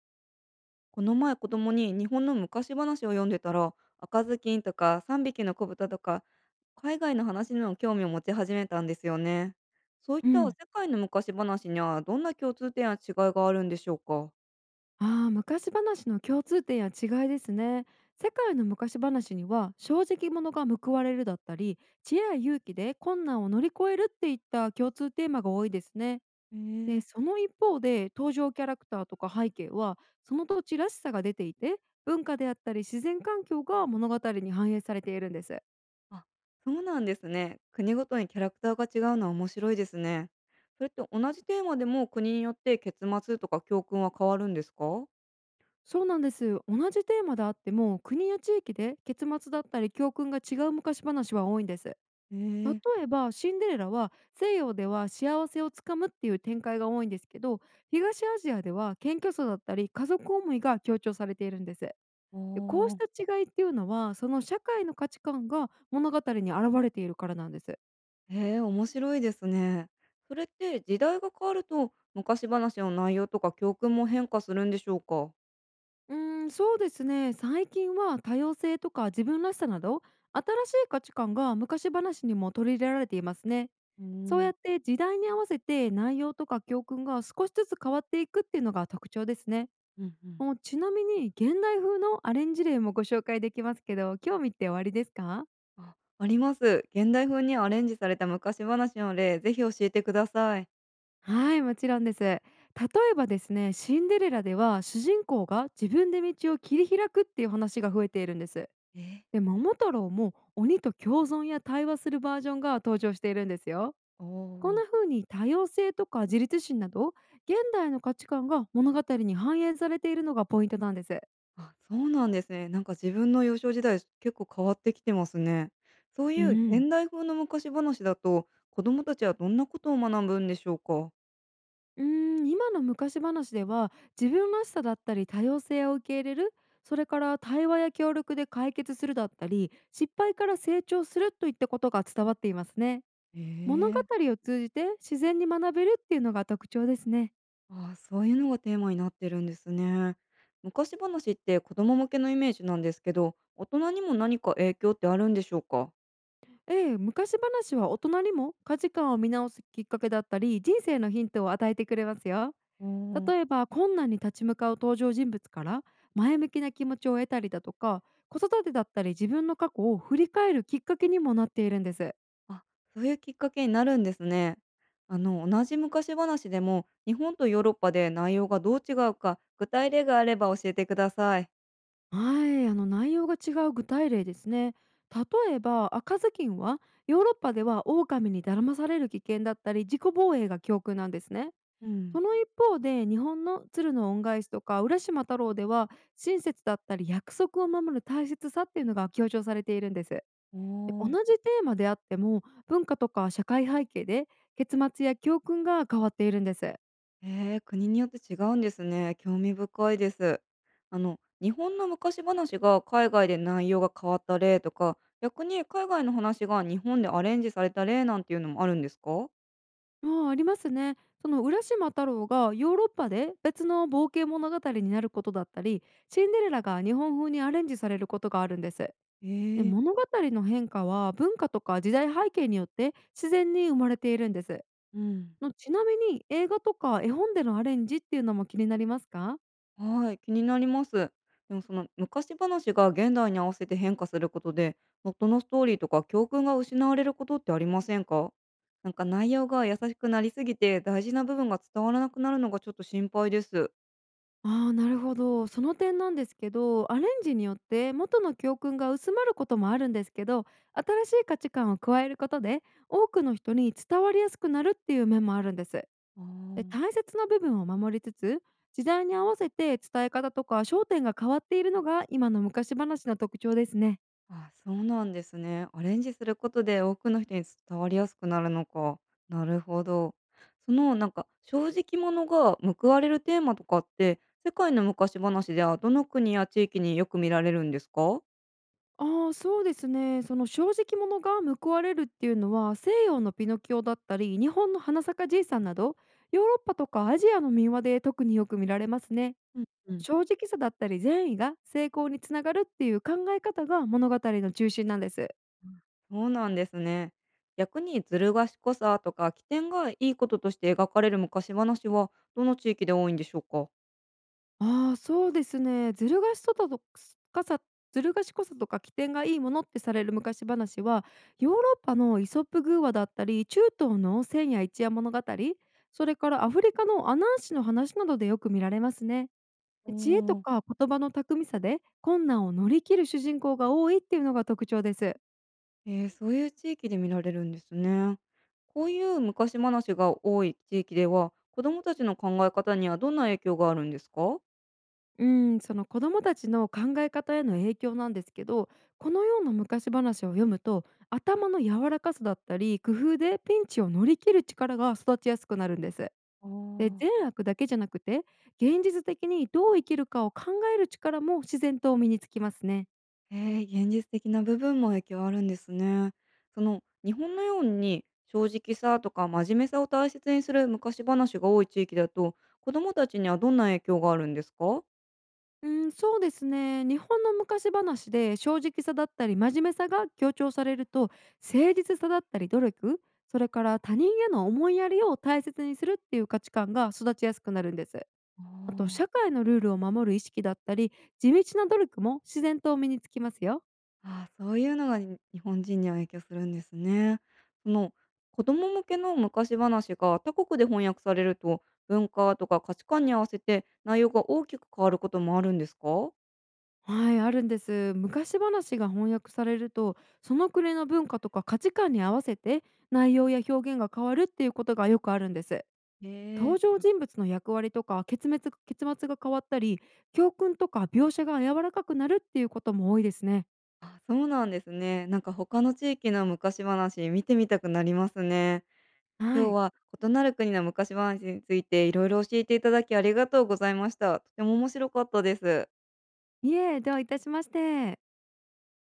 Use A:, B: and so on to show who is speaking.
A: この前子供に日本の昔話を読んでたら、赤ずきんとか三匹の子豚とか海外の話にも興味を持ち始めたんですよね。そういっ
B: う
A: た世
B: ん、
A: 界の昔話にはどんな共通点や違いがあるんでしょうか？
B: ああ、昔話の共通点や違いですね。世界の昔話には正直者が報われるだったり、知恵や勇気で困難を乗り越えるっていった共通テーマが多いですね。
A: へ
B: で、
A: え。
B: その一方で登場キャラクターとか背景はその土地らしさが出ていて、文化であったり自然環境が物語に反映されているんです。
A: あ、そうなんですね。国ごとにキャラクターが違うのは面白いですね。それって同じテーマでも国によって結末とか教訓は変わるんですか？
B: そうなんです、同じテーマであっても国や地域で結末だったり教訓が違う昔話は多いんです。
A: へえ。
B: 例えばシンデレラは西洋では幸せをつかむっていう展開が多いんですけど、東アジアでは謙虚さだったり家族思いが強調されているんです。で
A: あ
B: こうし
A: ー。
B: た違いっていうのはその社会の価値観が物語に表れているからなんです。
A: へえ、面白いですね。それって時代が変わると昔話の内容とか教訓も変化するんでしょうか？
B: そうですね、最近は多様性とか自分らしさなど新しい価値観が昔話にも取り入れられていますね。
A: うー
B: そう
A: ん、
B: やって時代に合わせて内容とか教訓が少しずつ変わっていくっていうのが特徴ですね。
A: うんうん。
B: もうちなみに現代風のアレンジ例もご紹介できますけど、興味っておありですか？
A: あ、あります。現代風にアレンジされた昔話の例、ぜひ教えてください。
B: はい、もちろんです。例えばですね、シンデレラでは主人公が自分で道を切り開くっていう話が増えているんです。
A: え、
B: で、桃太郎も鬼と共存や対話するバージョンが登場しているんですよ。
A: お
B: こんな
A: お。
B: 風に多様性とか自立心など現代の価値観が物語に反映されているのがポイントなんです。
A: あ、そうなんですね。なんか自分の幼少時代結構変わってきてますね。そうい
B: う
A: う
B: ん。
A: 現代風の昔話だと、子供たちはどんなことを学ぶんでしょうか？
B: うー今の昔話では自分らしさだったり多様性を受け入れる、それから対話や協力で解決するだったり失敗から成長するといったことが伝わっていますね。
A: え
B: 物語
A: え。
B: を通じて自然に学べるっていうのが特徴ですね。
A: ああ、そういうのがテーマになってるんですね。昔話って子供向けのイメージなんですけど、大人にも何か影響ってあるんでしょうか？
B: ええ、昔話は大人にも価値観を見直すきっかけだったり人生のヒントを与えてくれますよ。
A: おお、
B: 例えば困難に立ち向かう登場人物から前向きな気持ちを得たりだとか、子育てだったり自分の過去を振り返るきっかけにもなっているんです。
A: あ、そういうきっかけになるんですね。あの、同じ昔話でも、日本とヨーロッパで内容がどう違うか、具体例があれば教えてください。
B: はい、あの、内容が違う具体例ですね。例えば赤ずきんはヨーロッパでは狼にだまされる危険だったり自己防衛が教訓なんですね。
A: うん。
B: その一方で日本の鶴の恩返しとか浦島太郎では親切だったり約束を守る大切さっていうのが強調されているんです。で、
A: お
B: 同
A: お。
B: じテーマであっても、文化とか社会背景で結末や教訓が変わっているんです。
A: ええ、国によって違うんですね。興味深いです。あの、日本の昔話が海外で内容が変わった例とか、逆に海外の話が日本でアレンジされた例なんていうのもあるんですか？
B: ああ、ありますね。その浦島太郎がヨーロッパで別の冒険物語になることだったり、シンデレラが日本風にアレンジされることがあるんです。で、
A: ええ、
B: 物語の変化は文化とか時代背景によって自然に生まれているんです。
A: うん。
B: のちなみに映画とか絵本でのアレンジっていうのも気になりますか？
A: はい、気になります。でもその昔話が現代に合わせて変化することで、元のストーリーとか教訓が失われることってありませんか？なんか内容が優しくなりすぎて大事な部分が伝わらなくなるのがちょっと心配です。
B: ああ、なるほど。その点なんですけど、アレンジによって元の教訓が薄まることもあるんですけど、新しい価値観を加えることで、多くの人に伝わりやすくなるっていう面もあるんです。
A: あ
B: で、
A: あ。
B: 大切な部分を守りつつ、時代に合わせて伝え方とか焦点が変わっているのが今の昔話の特徴ですね。
A: あ、そうなんですね。アレンジすることで多くの人に伝わりやすくなるのか。なるほど。その、なんか正直者が報われるテーマとかって世界の昔話ではどの国や地域によく見られるんですか？
B: ああ、そうですね。その正直者が報われるっていうのは、西洋のピノキオだったり、日本の花咲かじいさんなど、ヨーロッパとかアジアの民話で特によく見られますね。
A: うんうん、
B: 正直さだったり善意が成功につながるっていう考え方が物語の中心なんです。
A: そうなんですね。逆にずる賢さとか起点がいいこととして描かれる昔話はどの地域で多いんでしょうか？
B: ああ、そうですね。ずる賢さとかさずる賢さとか起点がいいものってされる昔話はヨーロッパのイソップ寓話だったり中東の千夜一夜物語、それからアフリカのアナンシの話などでよく見られますね。知恵とか言葉の巧みさで困難を乗り切る主人公が多いっていうのが特徴です。
A: ええ、そういう地域で見られるんですね。こういう昔話が多い地域では、子どもたちの考え方にはどんな影響があるんですか？
B: うん、その子供たちの考え方への影響なんですけど、このような昔話を読むと頭の柔らかさだったり工夫でピンチを乗り切る力が育ちやすくなるんです。
A: あ
B: で
A: あ、
B: 善悪だけじゃなくて現実的にどう生きるかを考える力も自然と身につきますね。
A: ええ、現実的な部分も影響あるんですね。その、日本のように正直さとか真面目さを大切にする昔話が多い地域だと、子どもたちにはどんな影響があるんですか？
B: うん、そうですね。日本の昔話で正直さだったり真面目さが強調されると、誠実さだったり努力、それから他人への思いやりを大切にするっていう価値観が育ちやすくなるんです。
A: あ
B: あと、社
A: あ。
B: 会のルールを守る意識だったり、地道な努力も自然と身につきますよ。
A: ああ、そういうのがに日本人には影響するんですね。その、子供向けの昔話が他国で翻訳されると、文化とか価値観に合わせて内容が大きく変わることもあるんですか？
B: はい、あるんです。昔話が翻訳されると、その国の文化とか価値観に合わせて内容や表現が変わるっていうことがよくあるんです。
A: へえ、
B: 登場人物の役割とか結末、が変わったり、教訓とか描写が柔らかくなるっていうことも多いですね。
A: あ、そうなんですね。なんか他の地域の昔話見てみたくなりますね。
B: は
A: 今日
B: い。
A: は異なる国の昔話についていろいろ教えていただきありがとうございました。とても面白かったです。
B: いえ、どういたしまして。